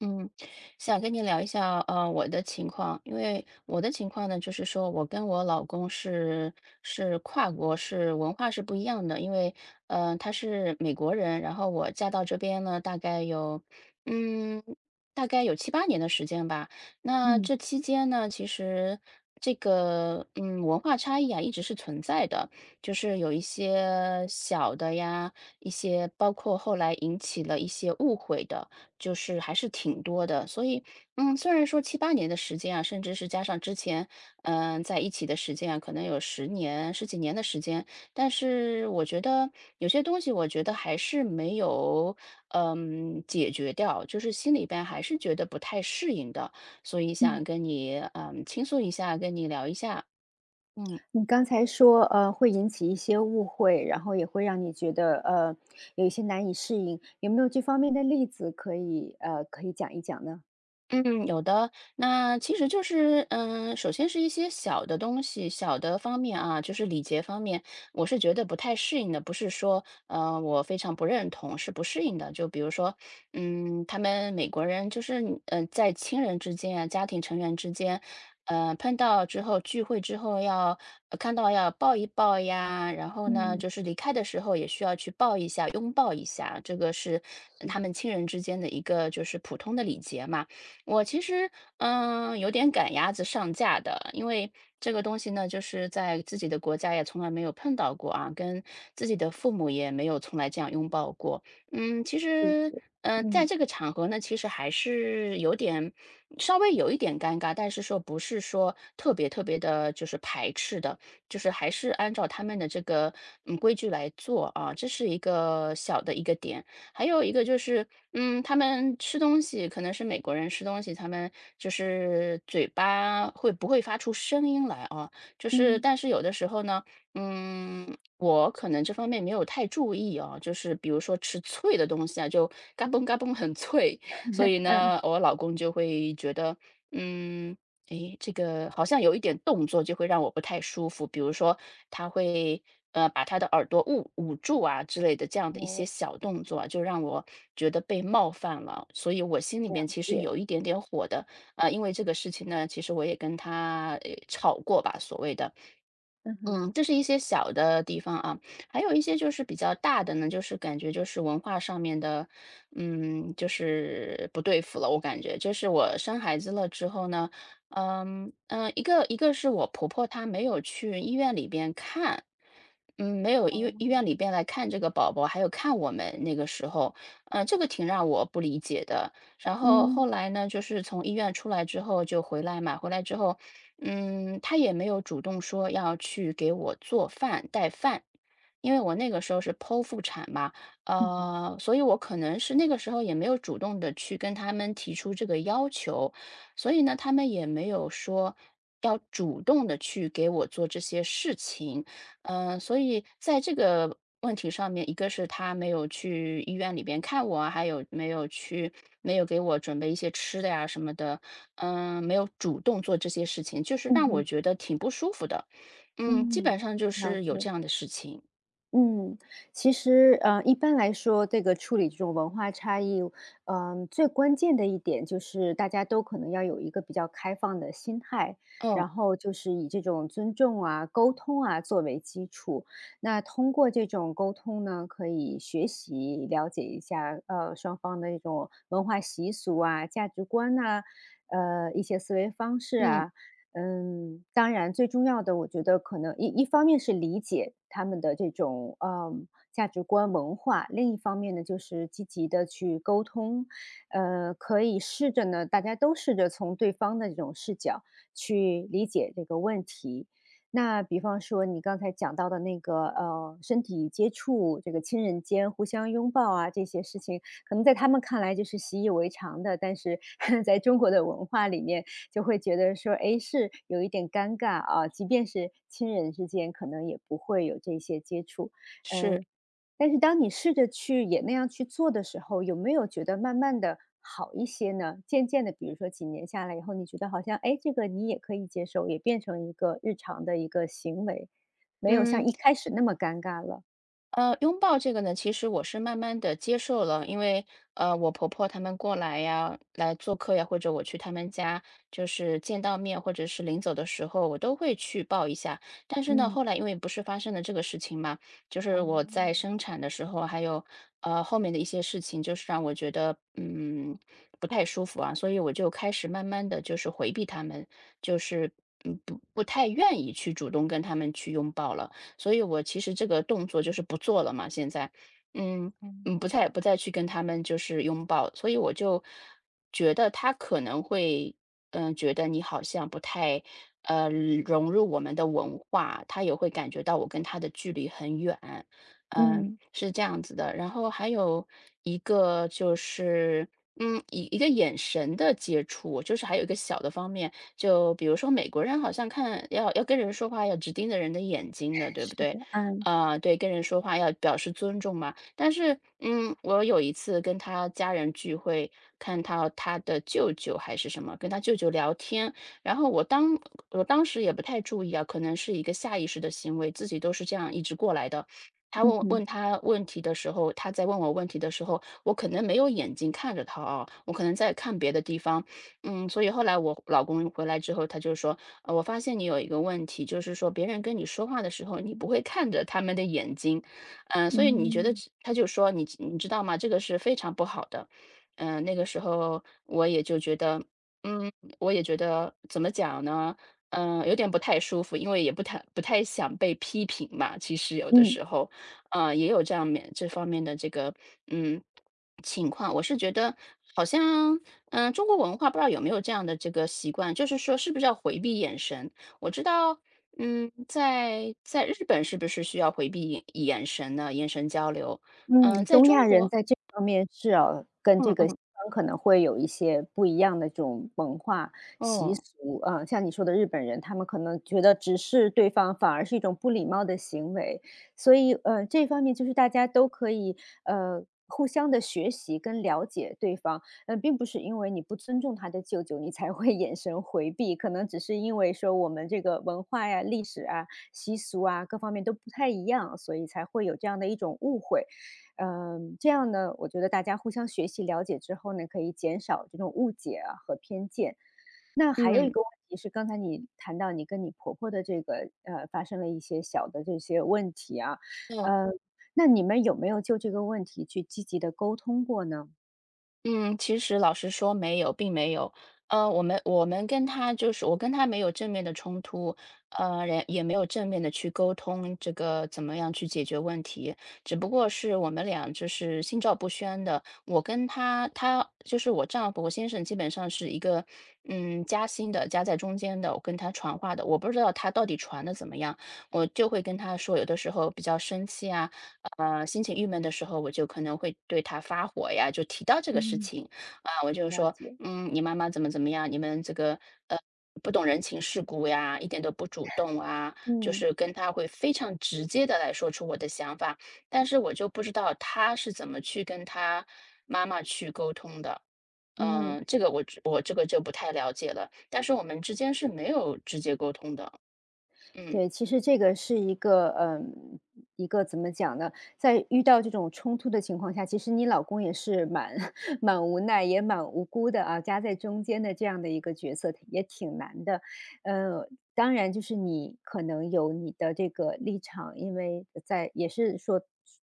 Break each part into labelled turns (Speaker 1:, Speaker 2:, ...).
Speaker 1: 嗯，想跟你聊一下，我的情况，因为我的情况呢，就是说我跟我老公是跨国，是文化是不一样的，因为，他是美国人，然后我嫁到这边呢，大概有，嗯，大概有七八年的时间吧。那
Speaker 2: 嗯
Speaker 1: 这期间呢，其实这个，文化差异啊，一直是存在的，就是有一些小的呀，一些包括后来引起了一些误会的。就是还是挺多的，所以，虽然说七八年的时间啊，甚至是加上之前，在一起的时间啊，可能有10年、十几年的时间，但是我觉得有些东西，我觉得还是没有，解决掉，就是心里边还是觉得不太适应的，所以想
Speaker 2: 嗯，
Speaker 1: 跟你，倾诉一下，跟你聊一下，嗯。
Speaker 2: 你刚才说，会引起一些误会，然后也会让你觉得，有一些难以适应，有没有这方面的例子可以，可以讲一讲呢？
Speaker 1: 嗯，有的。那其实就是，首先是一些小的东西、小的方面啊，就是礼节方面，我是觉得不太适应的。不是说，我非常不认同，是不适应的。就比如说，他们美国人就是，在亲人之间啊，家庭成员之间，碰到之后聚会之后要看到要抱一抱呀，然后呢，
Speaker 2: 嗯，
Speaker 1: 就是离开的时候也需要去抱一下、拥抱一下，这个是
Speaker 2: 是
Speaker 1: 他们亲人之间的一个就是普通的礼节嘛。我其实，有点赶鸭子上架的，因为这个东西呢，就是在自己的国家也从来没有碰到过啊，跟自己的父母也没有从来这样拥抱过。其
Speaker 2: 理
Speaker 1: 实，
Speaker 2: 解。
Speaker 1: 在
Speaker 2: 嗯
Speaker 1: 这个场合呢，其实还是有点稍微有一点尴尬，但是说不是说特别特别的，就是排斥的，就是还是按照他们的这个规矩来做啊，这是一个小的一个点。还有一个就是，他们吃东西可能是美国人吃东西，他们就是嘴巴会不会发出声音来啊？就是
Speaker 2: 嗯
Speaker 1: 但是有的时候呢，嗯，我可能这方面没有太注意啊，就是比如说吃脆的东西啊，就嘎嘣嘎嘣很脆，所以
Speaker 2: 嗯，
Speaker 1: 呢，我老公就会觉得，嗯。诶，这个好像有一点动作就会让我不太舒服，比如说他会把他的耳朵捂住啊之类的这样的一些
Speaker 2: 哦
Speaker 1: 小动作啊，就让我觉得被冒犯了，所以我心里
Speaker 2: 了
Speaker 1: 面其实
Speaker 2: 解，
Speaker 1: 有一点点火的，因为这个事情呢，其实我也跟他吵过吧，所谓的，
Speaker 2: 嗯哼，
Speaker 1: 嗯，这是一些小的地方啊，还有一些就是比较大的呢，就是感觉就是文化上面的，就是不对付了。我感觉就是我生孩子了之后呢，一个是我婆婆她没有去医院里边看，没有
Speaker 2: 哦，
Speaker 1: 医院里边来看这个宝宝，还有看我们那个时候，这个挺让我不理解的。然后后
Speaker 2: 嗯
Speaker 1: 来呢，就是从医院出来之后就回来嘛，回来之后。他也没有主动说要去给我做饭、带饭，因为我那个时候是剖腹产嘛，
Speaker 2: 嗯哼
Speaker 1: 所以我可能是那个时候也没有主动的去跟他们提出这个要求，所以呢，他们也没有说要主动的去给我做这些事情，所以在这个问题上面，一个是他没有去医院里边看我啊，还有没有去没有给我准备一些吃的呀什么的，没有主动做这些事情，就是
Speaker 2: 嗯
Speaker 1: 让我
Speaker 2: 哼
Speaker 1: 觉得挺不舒服的。基本
Speaker 2: 嗯，
Speaker 1: 上就
Speaker 2: 了
Speaker 1: 是有
Speaker 2: 解，
Speaker 1: 这样的事情。
Speaker 2: 嗯，其实，一般来说，这个处理这种文化差异，嗯、最关键的一点就是大家都可能要有一个比较开放的心态，
Speaker 1: 哦，
Speaker 2: 然后就是以这种尊重啊、沟通啊作为基础。那通过这种沟通呢，可以学习了解一下，双方的这种文化习俗啊、价值观呐、一些思维方式
Speaker 1: 嗯，
Speaker 2: 啊。嗯，当然最重要的，我觉得可能一方面是理解他们的这种，嗯价值观、文化，另一方面呢，就是积极的去沟通。可以试着呢，大家都试着从对方的这种视角去理解这个问题。那比方说你刚才讲到的那个，身体接触，这个亲人间互相拥抱啊，这些事情，可能在他们看来就是习以为常的，但是 在中国的文化里面，就会觉得说，哎，是有一点尴尬啊，即便是亲人之间，可能也不会有这些接触。
Speaker 1: 是，
Speaker 2: 嗯，但是当你试着去也那样去做的时候，有没有觉得慢慢的好一些呢？渐渐的，比如说几年下来以后，你觉得好像，哎，这个你也可以接受，也变成一个日常的一个行为，没有像
Speaker 1: 嗯。
Speaker 2: 一开始那么尴尬了。
Speaker 1: 拥抱这个呢，其实我是慢慢的接受了，因为，我婆婆她们过来呀，来做客呀，或者我去她们家，就是见到面，或者是临走的时候，我都会去抱一下。但是呢，
Speaker 2: 嗯。
Speaker 1: 后来因为不是发生了这个事情嘛，就是
Speaker 2: 哦，
Speaker 1: 我在生产的时候，还有，后面的一些事情，就是让我觉得，不太舒服啊，所以我就开始慢慢的就是回避他们，就是，不太愿意去主动跟他们去拥抱了。所以我其实这个动作就是不做了嘛，现在，嗯不再
Speaker 2: 哦。
Speaker 1: 不再去跟他们就是拥抱，所以我就觉得他可能会，觉得你好像不太呃融入我们的文化，他也会感觉到我跟他的距离很远，
Speaker 2: 嗯，
Speaker 1: 是这样子的。然后还有一个就是。一个眼神的接触，就是还有一个小的方面，就比如说美国人好像看要跟人说话要直盯着人的眼睛的，对不
Speaker 2: 是
Speaker 1: 对？
Speaker 2: 的，嗯，
Speaker 1: 啊，对，跟人说话要表示尊重嘛。但是，我有一次跟他家人聚会，看到他的舅舅还是什么，跟他舅舅聊天，然后我当时也不太注意啊，可能是一个下意识的行为，自己都是这样一直过来的。
Speaker 2: 嗯哼，
Speaker 1: 他在问我问题的时候，我可能没有眼睛看着他啊，我可能在看别的地方，所以后来我老公回来之后，他就说，我发现你有一个问题，就是说别人跟你说话的时候，你不会看着他们的眼睛，所以你觉得
Speaker 2: 嗯，
Speaker 1: 这他就说你知道吗？这个是非常不好的。那个时候我也就觉得，嗯，我也觉得怎么讲呢？有点不太舒服，因为也不太想被批评嘛。其实有的
Speaker 2: 嗯。
Speaker 1: 时候，也有这方面的这个，嗯，情况。我是觉得好像，中国文化不知道有没有这样的这个习惯，就是说是不是要回避眼神？我知道，在日本是不是需要回避眼神呢？眼神交流，
Speaker 2: 嗯，
Speaker 1: 在
Speaker 2: 东
Speaker 1: 中
Speaker 2: 亚人
Speaker 1: 国，
Speaker 2: 在这方面是啊，跟这
Speaker 1: 嗯
Speaker 2: 个西
Speaker 1: 嗯，
Speaker 2: 方可能会有一些不一样的这种文化习
Speaker 1: 哦，
Speaker 2: 俗，啊，呃像你说的日本人，他们可能觉得直视对方反而是一种不礼貌的行为，所以，这方面就是大家都可以，互相的学习跟了解对方，并不是因为你不尊重他的舅舅，你才会 眼神回避，可能只是因为说我们这个文化呀、历史啊、习俗啊，各方面都不太一样，所以才会有这样的一种误会。嗯，这样呢，我觉得大家互相学习了解之后呢，可以减少这种误解啊和偏见。那还有一
Speaker 1: 嗯，
Speaker 2: 个问题是，刚才你谈到你跟你婆婆的这个发生了一些小的这些问题啊，
Speaker 1: 嗯。
Speaker 2: 呃，那你们有没有就这个问题去积极的沟通过呢？
Speaker 1: 嗯，其实老实说没有，并没有。我们跟他就是我跟他没有正面的冲突，也没有正面的去沟通这个怎么样去解决问题，只不过是我们俩就是心照不宣的。我跟他，他就是我丈夫，我先生基本上是一个夹心的，夹在中间的。我跟他传话的，我不知道他到底传的怎么样，我就会跟他说，有的时候比较生气啊，心情郁闷的时候，我就可能会对他发火呀，就提到这个事
Speaker 2: 嗯。
Speaker 1: 情啊，我就
Speaker 2: 了
Speaker 1: 说，
Speaker 2: 解，
Speaker 1: 你妈妈怎么怎么样，你们这个呃不懂人情世故呀，一点都不主动啊，就
Speaker 2: 嗯
Speaker 1: 是跟他会非常直接的来说出我的想法，但是我就不知道他是怎么去跟他妈妈去沟通的。
Speaker 2: 嗯。
Speaker 1: 我这个就不太了解了，但是我们之间是没有直接沟通的。嗯
Speaker 2: 对，其实这个是一个，嗯，一个怎么讲呢？在遇到这种冲突的情况下，其实你老公也是蛮 蛮无奈，也蛮无辜的啊，夹在中间的这样的一个角色也挺难的。呃，当然就是你可能有你的这个立场，因为在也是说。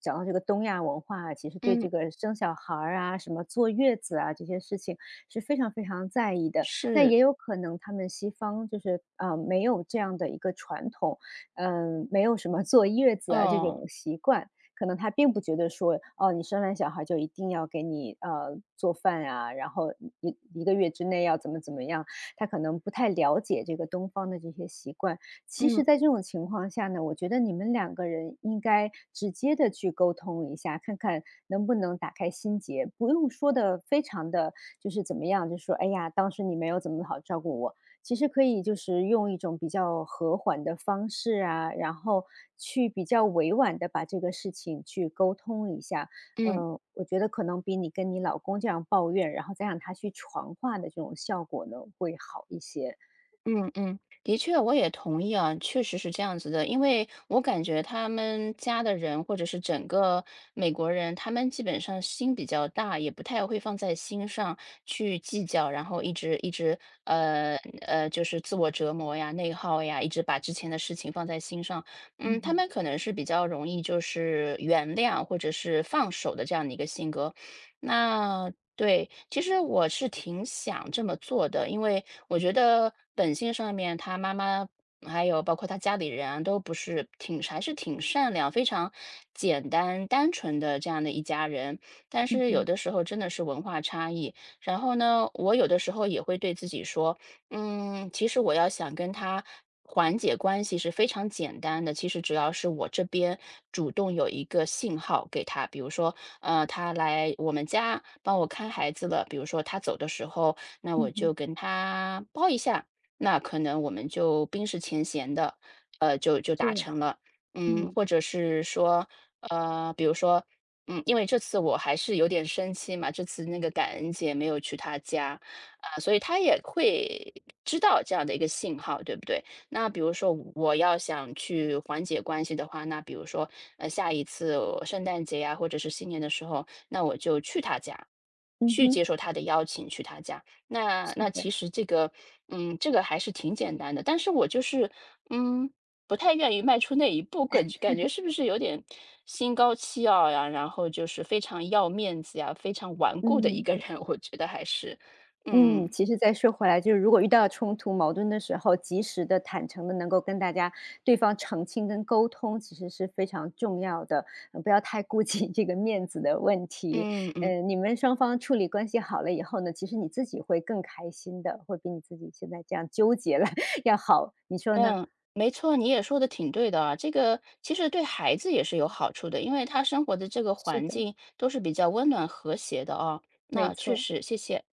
Speaker 2: 讲到这个东亚文化啊其实对
Speaker 1: 嗯，
Speaker 2: 这个生小孩儿啊、什么坐月子啊这些事情是非常非常在意的。那
Speaker 1: 是，
Speaker 2: 也有可能他们西方就是，没有这样的一个传统，嗯，没有什么坐月子啊这
Speaker 1: 哦，
Speaker 2: 种习惯，可能他并不觉得说，哦，你生完小孩就一定要给你，做饭啊，然后一个月之内要怎么怎么样，他可能不太了解这个东方的这些习惯。其实
Speaker 1: 嗯
Speaker 2: 在这种情况下呢，我觉得你们两个人应该直接的去沟通一下，看看能不能打开心结，不用说的非常的就是怎么样，就说哎呀，当时你没有怎么好照顾我，其实可以就是用一种比较和缓的方式啊，然后去比较委婉的把这个事情去沟通一下。呃，
Speaker 1: 嗯。
Speaker 2: 我觉得可能比你跟你老公这样抱怨，然后再让他去传话的这种效果呢，会好一些。
Speaker 1: 嗯嗯，的确，我也同意啊，确实是这样子的，因为我感觉他们家的人或者是整个美国人，他们基本上心比较大，也不太会放在心上去计较，然后一直一直就是自我折磨呀、内耗呀，一直把之前的事情放在心上。
Speaker 2: 嗯
Speaker 1: 他
Speaker 2: 哼，
Speaker 1: 们可能是比较容易就是原谅或者是放手的这样的一个性格。那对，其实我是挺想这么做的，因为我觉得本性上面，他妈妈还有包括他家里人啊都不是挺还是挺善良、非常简单、单纯的这样的一家人。但
Speaker 2: 嗯
Speaker 1: 是有
Speaker 2: 哼，
Speaker 1: 的时候真的是文化差异，然后呢，我有的时候也会对自己说，其实我要想跟他缓解关系是非常简单的，其实只要是我这边主动有一个信号给他，比如说，他来我们家帮我看孩子了，比如说他走的时候，那我
Speaker 2: 嗯哼，
Speaker 1: 就跟他抱一下，那可能我们就冰释前嫌的，就达
Speaker 2: 是呀，
Speaker 1: 成了。
Speaker 2: 嗯，
Speaker 1: 或者是说，比如说，因为这次我还是有点生气嘛，这次那个感恩节没有去他家。啊，所以他也会知道这样的一个信号，对不对？那比如说我要想去缓解关系的话，那比如说，下一次我圣诞节呀，或者是新年的时候，那我就去他家，
Speaker 2: 嗯
Speaker 1: 去
Speaker 2: 哼，
Speaker 1: 接受他的邀请，去他家。那
Speaker 2: 是
Speaker 1: 那
Speaker 2: 的，
Speaker 1: 其实这个，这个还是挺简单的，但是我就是，嗯，不太愿意迈出那一步，感觉是不是有点心高气傲呀？然后就是非常要面子呀，非常顽固的一
Speaker 2: 嗯。
Speaker 1: 个人，我觉得还是。
Speaker 2: 嗯，
Speaker 1: 嗯，
Speaker 2: 其实再说回来，就是如果遇到冲突、矛盾的时候，及时的、坦诚的能够跟大家对方澄清跟沟通，其实是非常重要的。呃不要太顾及 这个面子的问题。
Speaker 1: 嗯嗯
Speaker 2: 呃，你们双方处理关系好了以后呢，其实你自己会更开心的，会比你自己现在这样纠结了 要好。你说呢？
Speaker 1: 嗯，没错，你也说的挺对的啊。这个其实对孩子也是有好处的，因为他生活的这个
Speaker 2: 是
Speaker 1: 环
Speaker 2: 的，
Speaker 1: 境都是比较温暖和谐的啊。
Speaker 2: 没
Speaker 1: 那确
Speaker 2: 错。
Speaker 1: 实，谢谢。